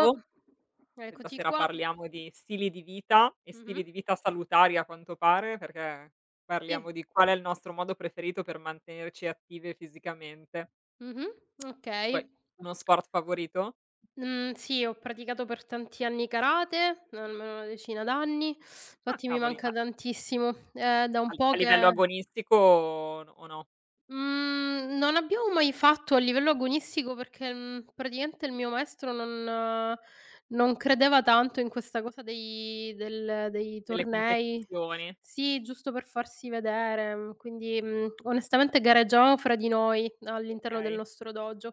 Oh, Ciao, questa eccoci sera qua. parliamo di stili di vita e Mh-mh. stili di vita salutari a quanto pare, perché Sì. parliamo di qual è il nostro modo preferito per mantenerci attive fisicamente. Mh-mh. Tu hai Okay. uno sport favorito? Mhmm, sì, ho praticato per tanti anni karate, almeno una decina d'anni, Ah infatti mi cavoli, manca ma tantissimo. È da un a po' a livello che. agonistico o no? Mhmm, non abbiamo mai fatto a livello agonistico perché, praticamente il mio maestro non credeva tanto in questa cosa dei Delle tornei. competizioni? Sì, giusto per farsi vedere, quindi, onestamente gareggiavamo fra di noi all'interno del Okay, nostro dojo,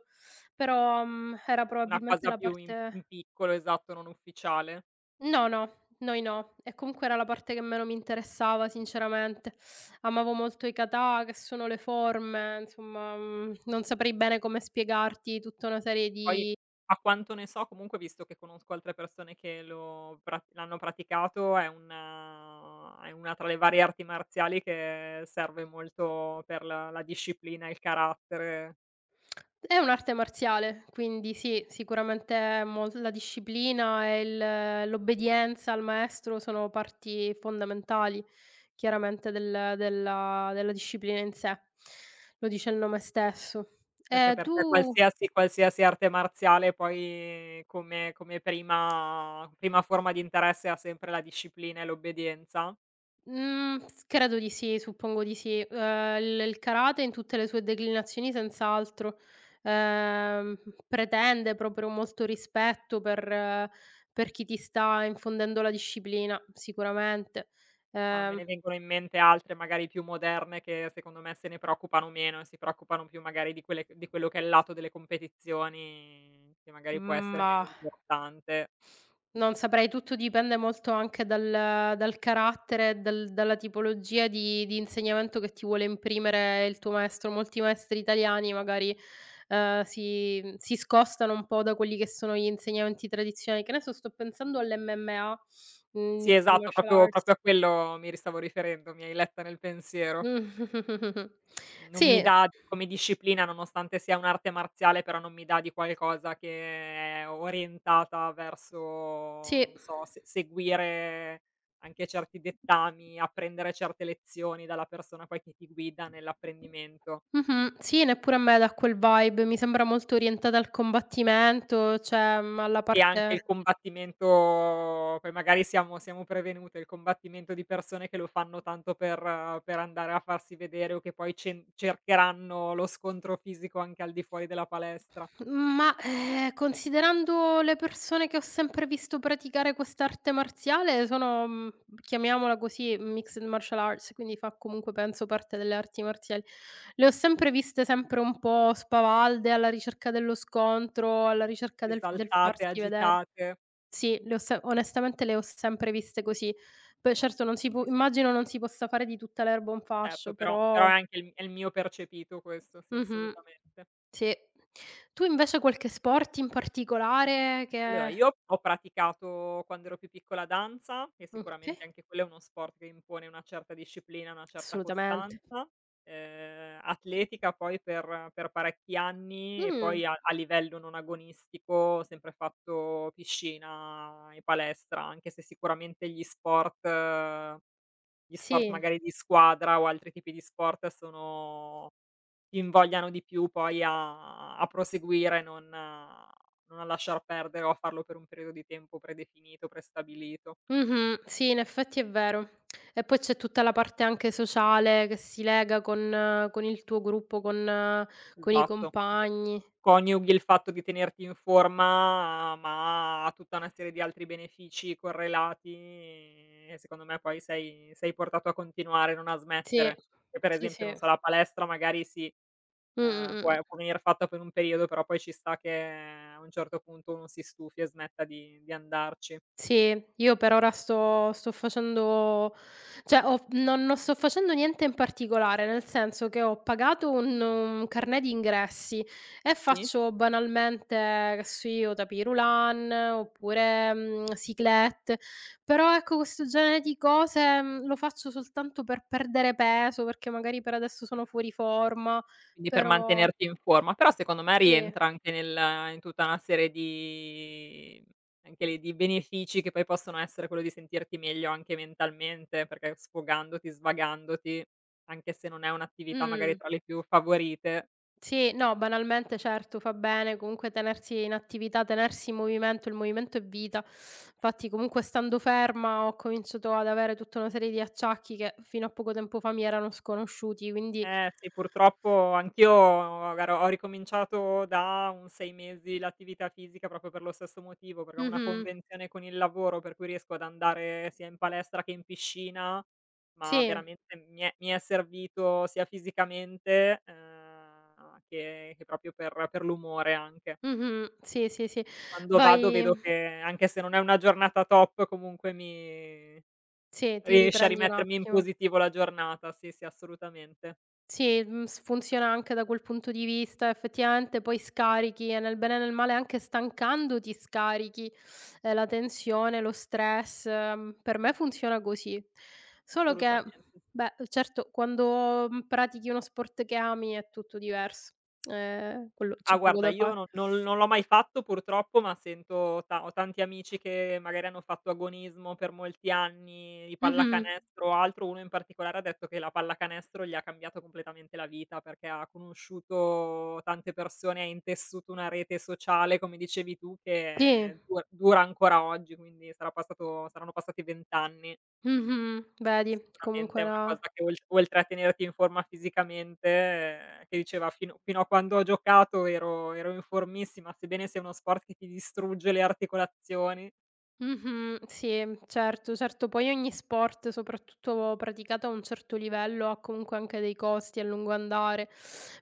però, era una probabilmente cosa la più in parte. in piccolo, esatto, non ufficiale. No, no, noi no. E comunque era la parte che meno mi interessava sinceramente. Amavo molto i kata, che sono le forme, insomma, non saprei bene come spiegarti tutta una serie Poi, di. a quanto ne so, comunque visto che conosco altre persone che lo pra l'hanno praticato, è una tra le varie arti marziali che serve molto per la disciplina, il carattere, È un'arte marziale, quindi sì, sicuramente mol la disciplina e il l'obbedienza al maestro sono parti fondamentali chiaramente della disciplina in sé. Lo dice il nome stesso. perché E per te tu? qualsiasi arte marziale poi come prima forma di interesse ha sempre la disciplina e l'obbedienza. Mhmm, s credo di sì, suppongo di sì. Il karate in tutte le sue declinazioni senz'altro, ehm, pretende proprio molto rispetto per chi ti sta infondendo la disciplina, sicuramente. Ma me Ehm, ne vengono in mente altre magari più moderne che secondo me se ne preoccupano meno e si preoccupano più magari di quelle di quello che è il lato delle competizioni che magari può essere ma meno importante. Non saprei, tutto dipende molto anche dal carattere, dalla tipologia di insegnamento che ti vuole imprimere il tuo maestro. Molti maestri italiani magari, si si scostano un po' da quelli che sono gli insegnamenti tradizionali. Che ne so, sto pensando all'MMA, Sì Mixed esatto, Martial proprio Arts. proprio a quello mi ri stavo riferendo, mi hai letta nel pensiero. Mh. Non mi Sì, dà come disciplina, nonostante sia un'arte marziale, però non mi dà di qualcosa che è orientata verso, sì. non so, se seguire anche certi dettami, apprendere certe lezioni dalla persona poi che ti guida nell'apprendimento. Mh-mh. Sì, neppure a me dà quel vibe, mi sembra molto orientata al combattimento, cioè, alla E anche il parte. combattimento poi magari siamo prevenute, il combattimento di persone che lo fanno tanto per andare a farsi vedere o che poi cen cercheranno lo scontro fisico anche al di fuori della palestra. Ma, considerando le persone che ho sempre visto praticare quest'arte marziale sono, chiamiamola così, mixed martial arts, quindi fa comunque penso parte delle arti marziali. Le ho sempre viste sempre un po' spavalde, alla ricerca dello scontro, alla ricerca del Esaltate, farsi vedere. agitate. Sì, le ho se onestamente le ho sempre viste così. Poi certo non si Sì, può sì, immagino non si possa fare di tutta l'erba un certo, fascio, però però. è anche il è il mio percepito questo, sì, Mh-mh. assolutamente. Sì. Tu invece qualche sport in particolare Allora che? io ho praticato quando ero più piccola danza, che Okay, sicuramente anche quello è uno sport che impone una certa disciplina, una certa assolutamente. costanza, atletica poi per parecchi anni e Mh, poi a livello non agonistico ho sempre fatto piscina e palestra, anche se sicuramente gli sport sì. magari di squadra o altri tipi di sport sono ti invogliano di più poi a proseguire, non a, non a lasciar perdere o a farlo per un periodo di tempo predefinito, prestabilito. Mh-mh. Sì, in effetti è vero. E poi c'è tutta la parte anche sociale che si lega con il tuo gruppo, con i Esatto, quindi compagni. coniughi il fatto di tenerti in forma, ma a tutta una serie di altri benefici correlati e secondo me poi sei portato a continuare, non a Sì. smettere. Che per Sì, esempio, non sì. so, la palestra magari sì. Mh, mh, mh, Può mh. e può venire fatta per un periodo, però poi ci sta che a un certo punto uno si stufi e smetta di andarci. Sì, io per ora sto facendo cioè ho non non sto facendo niente in particolare, nel senso che ho pagato un carnet di ingressi e Sì. faccio banalmente, che so io, tapis roulant oppure, cyclette, però ecco questo genere di cose, lo faccio soltanto per perdere peso, perché magari per adesso sono fuori forma, Quindi per però mantenerti in forma, però secondo me sì. rientra anche nel in tutta una serie di anche lì, di benefici che poi possono essere quello di sentirti meglio anche mentalmente, perché sfogandoti, svagandoti, anche se non è un'attività magari Mh. tra le più favorite. Sì, no, banalmente certo fa bene comunque tenersi in attività, tenersi in movimento, il movimento è vita. Infatti comunque stando ferma ho cominciato ad avere tutta una serie di acciacchi che fino a poco tempo fa mi erano sconosciuti, quindi. Eh sì, purtroppo anch'io ho ricominciato da un 6 mesi l'attività fisica proprio per lo stesso motivo, perché ho una Mh-mh, convenzione con il lavoro per cui riesco ad andare sia in palestra che in piscina, ma sì, veramente mi è servito sia fisicamente, che proprio per l'umore anche. mh-mh, sì, sì, sì. Quando vado Vai, vedo che anche se non è una giornata top comunque mi sì, ti riesce a riprendi un rimettermi in attimo. positivo la giornata. Sì, sì, assolutamente, Sì, mhmm, s funziona anche da quel punto di vista. Effettivamente poi scarichi e nel bene e nel male anche stancandoti scarichi, la tensione, lo stress. Mhmm, per me funziona così. Solo che, assolutamente. beh, certo quando, pratichi uno sport che ami è tutto diverso. Quello c'è Ah poco guarda, da io fare. no non non l'ho mai fatto purtroppo, ma sento ta ho tanti amici che magari hanno fatto agonismo per molti anni, di Mh-mh. pallacanestro o altro. Uno in particolare ha detto che la pallacanestro gli ha cambiato completamente la vita, perché ha conosciuto tante persone, ha intessuto una rete sociale, come dicevi tu, Sì. che du dura ancora oggi, quindi sarà passato saranno passati 20 anni. Mh-mh. Quindi Vedi, sicuramente comunque è una la. cosa che oltre a tenerti in forma fisicamente, che diceva: "Fino a quando ho giocato ero in formissima", sebbene sia uno sport che ti distrugge le articolazioni, Mh-mh. Sì, certo, certo. Poi ogni sport, soprattutto praticato a un certo livello, ha comunque anche dei costi a lungo andare.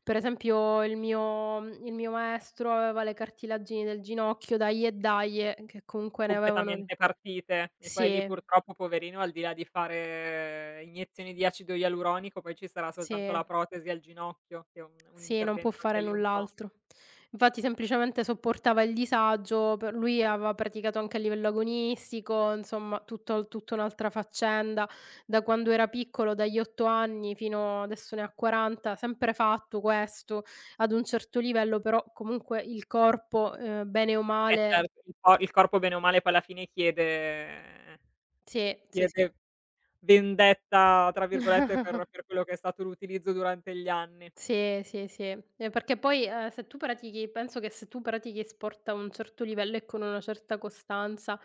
Per esempio il mio maestro aveva le cartilagini del ginocchio, dai e dai, che comunque ne avevano completamente partite. E poi lì sì, purtroppo poverino, al di là di fare iniezioni di acido ialuronico, poi ci sarà soltanto sì. la protesi al ginocchio, che è un Sì, non può intervento anche fare lì un po'. null'altro. Infatti semplicemente sopportava il disagio, per lui aveva praticato anche a livello agonistico, insomma tutto tutta un'altra faccenda. Da quando era piccolo, dagli 8 anni fino adesso ne ha 40, sempre fatto questo, ad un certo livello però comunque il corpo, bene o Eh male certo, il corpo bene o male poi alla fine chiede sì, sì, sì. chiede vendetta tra virgolette per quello che è stato l'utilizzo durante gli anni. Sì, sì, sì. Perché poi, se tu pratichi penso che se tu pratichi sport a un certo livello e con una certa costanza,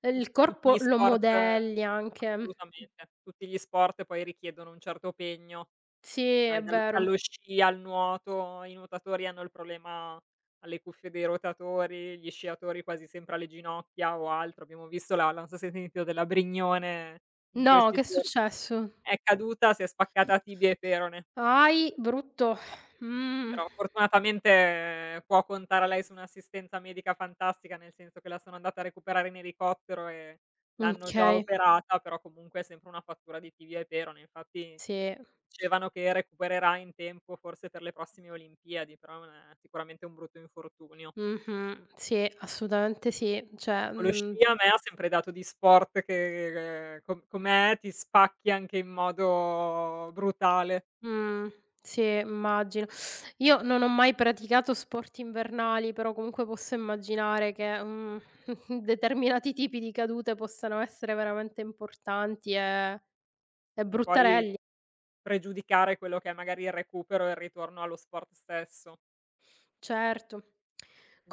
Tu il tutti corpo gli lo sport modelli anche. assolutamente, tutti gli sport poi richiedono un certo impegno, Sì, è dai dal vero. dallo sci al nuoto, i nuotatori hanno il problema alle cuffie dei rotatori, gli sciatori quasi sempre alle ginocchia o altro. Abbiamo visto la la non so se hai sentito della Brignone in No, questi che è giorni. successo? È caduta, si è spaccata tibia e perone. Ahi, brutto. Mh, Però fortunatamente può contare lei su un'assistenza medica fantastica, nel senso che la sono andata a recuperare in elicottero e l'hanno già okay, operata, però comunque è sempre una fattura di tibia e perone. Infatti sì. dicevano che recupererà in tempo forse per le prossime Olimpiadi, però non è sicuramente un brutto infortunio. Mh-mh. Sì, assolutamente sì. Cioè. Lo Mhmm sci a me ha sempre dato di sport che, co com'è ti spacchi anche in modo brutale Mh, sì, immagino. Io non ho mai praticato sport invernali, però comunque posso immaginare che, determinati tipi di cadute possano essere veramente importanti e e bruttarelli. poi pregiudicare quello che è magari il recupero e il ritorno allo sport stesso. Certo.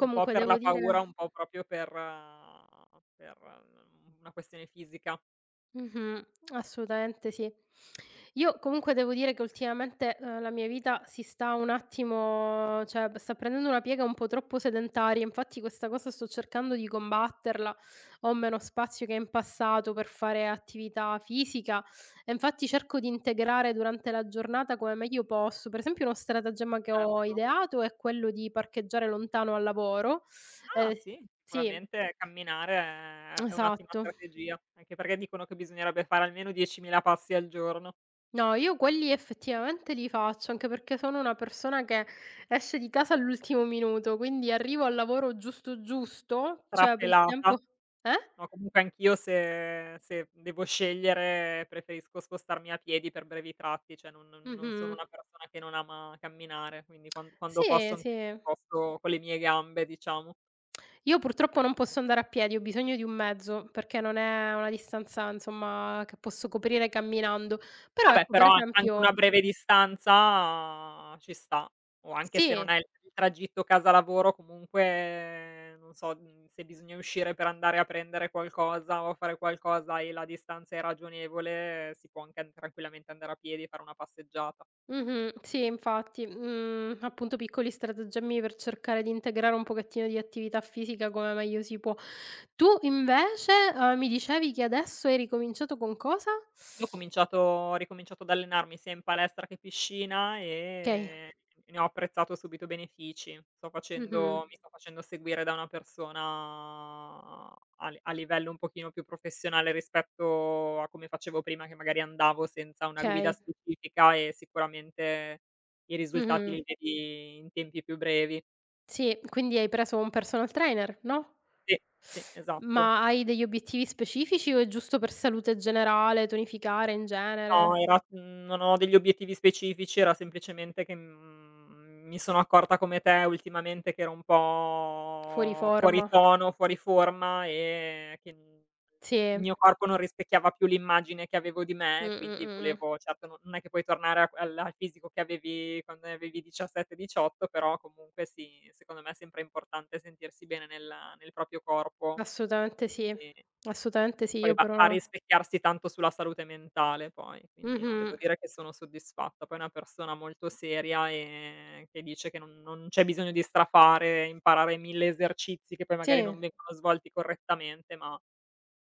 Un po' per devo la paura, dire. un po' proprio per n una questione fisica, Mh-mh. Assolutamente sì. Io comunque devo dire che ultimamente, la mia vita si sta un attimo cioè p sta prendendo una piega un po' troppo sedentaria, infatti questa cosa sto cercando di combatterla. Ho meno spazio che in passato per fare attività fisica e infatti cerco di integrare durante la giornata come meglio posso. Per esempio uno stratagemma che ho certo. ideato è quello di parcheggiare lontano al lavoro. Ah Ehm sì, sì, sicuramente camminare è un'ottima esatto. strategia, anche perché dicono che bisognerebbe fare almeno 10.000 passi al giorno, No, io quelli effettivamente li faccio, anche perché sono una persona che esce di casa all'ultimo minuto, quindi arrivo al lavoro giusto giusto, cioè per il trafelata. tempo. Eh? No, comunque anch'io se devo scegliere preferisco spostarmi a piedi per brevi tratti, cioè non sono Mh-mh. una persona che non ama camminare, quindi quando Sì, posso anche mi sì. sposto con le mie gambe, diciamo. Io purtroppo non posso andare a piedi, ho bisogno di un mezzo, perché non è una distanza, insomma, che posso coprire camminando. Però Vabbè, ecco, per però an anche esempio una breve distanza ah, ci sta, o anche se sì. non è il tragitto casa lavoro comunque, non so, se bisogna uscire per andare a prendere qualcosa o fare qualcosa e la distanza è ragionevole, si può anche an tranquillamente andare a piedi e fare una passeggiata. Mh-mh. Sì, infatti, appunto piccoli stratagemmi per cercare di integrare un pochettino di attività fisica come meglio si può. Tu invece, mi dicevi che adesso hai ricominciato con cosa? Io ho cominciato ho ricominciato ad allenarmi sia in palestra che piscina, Okay. Ne ho apprezzato subito i benefici. Sto Mh-mh. facendo mi sto facendo seguire da una persona a livello un pochino più professionale rispetto a come facevo prima, che magari andavo senza una guida Okay. specifica e sicuramente i risultati Mh-mh. li vedi in tempi più brevi. Sì, quindi hai preso un personal trainer, no? Sì, sì, esatto. Ma hai degli obiettivi specifici o è giusto per salute generale, tonificare in No, genere, era non ho degli obiettivi specifici, era semplicemente che, mi sono accorta come te ultimamente che ero un fuori po' fuori forma? tono, fuori forma e che, il Sì. mio corpo non rispecchiava più l'immagine che avevo di Mh, me, mh, quindi mh, mh. volevo certo no non è che puoi tornare a al al fisico che avevi quando ne avevi 17, 18, però comunque sì, secondo me è sempre importante sentirsi bene nel proprio corpo. Assolutamente sì. Quindi Assolutamente sì, poi io va a però. rispecchiarsi tanto sulla salute mentale poi, quindi no, Mh-mh. devo dire che sono soddisfatta. Poi è una persona molto seria, che dice che non c'è bisogno di strafare, imparare 1000 esercizi che poi magari Sì, non vengono svolti correttamente, ma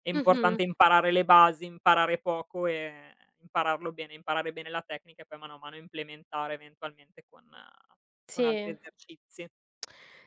è mh-mh. importante imparare le basi, imparare poco e impararlo bene, imparare bene la tecnica e poi mano a mano implementare eventualmente con altri Sì. esercizi.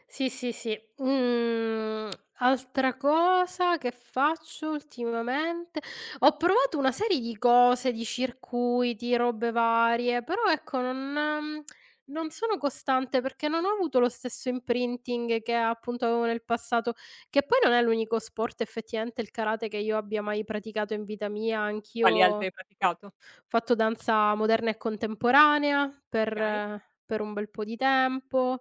Sì, sì, sì. Mhmm, altra cosa che faccio ultimamente ho provato una serie di cose, di circuiti, robe varie, però ecco non sono costante perché non ho avuto lo stesso imprinting che appunto avevo nel passato, che poi non è l'unico sport effettivamente il karate che io abbia mai praticato in vita mia, Quali altri anch'io. hai praticato? Fatto danza moderna e contemporanea Okay. per un bel po' di tempo.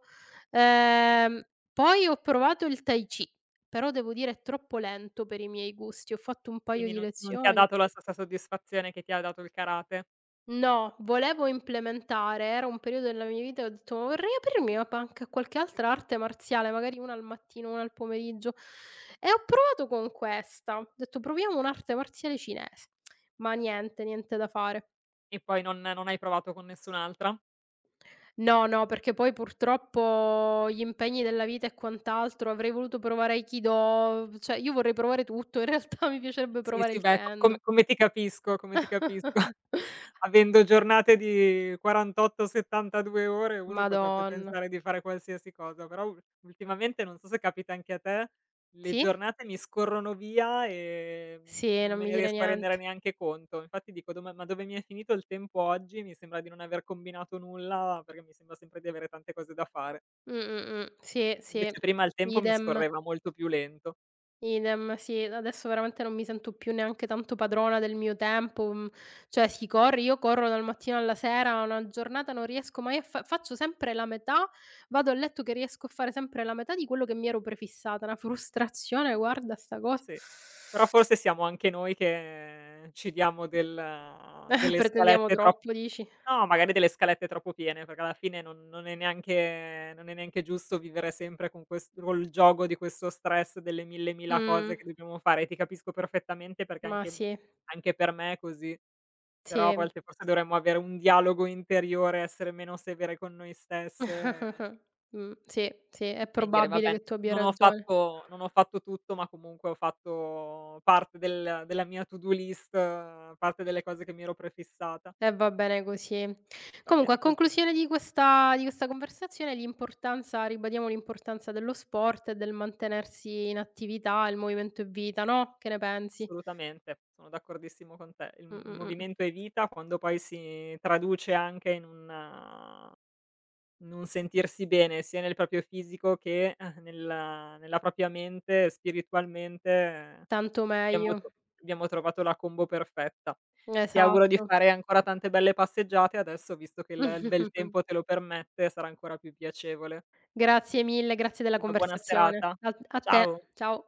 Ehm, poi ho provato il tai chi, però devo dire è troppo lento per i miei gusti. Ho fatto un paio Quindi di non ti ha lezioni. dato la stessa soddisfazione che ti ha dato il karate? No, volevo implementare, era un periodo della mia vita e ho detto: "Ma vorrei aprirmi a pa anche a qualche altra arte marziale, magari una al mattino, una al pomeriggio". E ho provato con questa. Ho detto: "Proviamo un'arte marziale cinese". Ma niente, niente da fare. E poi non hai provato con nessun'altra? No, no, perché poi purtroppo gli impegni della vita e quant'altro, avrei voluto provare aikido, cioè io vorrei provare tutto, in realtà mi piacerebbe Sì, provare sì, il beh, co kendo. come come ti capisco, come ti capisco. Avendo giornate di 48, 72 ore, uno potrebbe Madonna. pensare di fare qualsiasi cosa, però u ultimamente, non so se capita anche a te, le Sì? giornate mi scorrono via e, Sì, non non me mi ne dire riesco a rendere niente. neanche conto. Infatti dico: "Dom ma dove mi è finito il tempo oggi?" Mi sembra di non aver combinato nulla, perché mi sembra sempre di avere tante cose da fare. Sì, sì, Invece prima il tempo mi idem. scorreva molto più lento. Idem, sì, adesso veramente non mi sento più neanche tanto padrona del mio tempo, cioè si corre io corro dal mattino alla sera, una giornata non riesco mai a fa faccio sempre la metà, vado a letto che riesco a fare sempre la metà di quello che mi ero prefissata, una frustrazione guarda sta cosa. Sì, però forse siamo anche noi che ci diamo delle Pretendiamo scalette trop troppo dici? no, magari delle scalette troppo piene, perché alla fine non è neanche giusto vivere sempre con quest col gioco di questo stress delle 1000.000 Mh, cose che dobbiamo fare. Ti capisco perfettamente perché ma anche sì, anche per me è così, però a sì. volte forse dovremmo avere un dialogo interiore, essere meno severe con noi stesse. Sì, sì, è E dire: "Va probabile bene, che tu abbia non ho ragione. fatto non ho fatto tutto, ma comunque ho fatto parte della mia to do list, parte delle cose che mi ero prefissata." E va bene così. Va Comunque a bene così, conclusione di questa conversazione l'importanza ribadiamo l'importanza dello sport e del mantenersi in attività, il movimento è vita, no, che ne pensi? assolutamente, sono d'accordissimo con te. Mh, Il mh, mh. movimento è vita, quando poi si traduce anche in un sentirsi bene sia nel proprio fisico che, nella propria mente, spiritualmente. Tanto Abbiamo meglio. tro abbiamo trovato la combo perfetta. Ti auguro di Esatto. fare ancora tante belle passeggiate adesso, visto che il bel tempo te lo permette, sarà ancora più piacevole. Grazie mille, grazie della Una buona serata. conversazione. A te. Ciao. Ciao.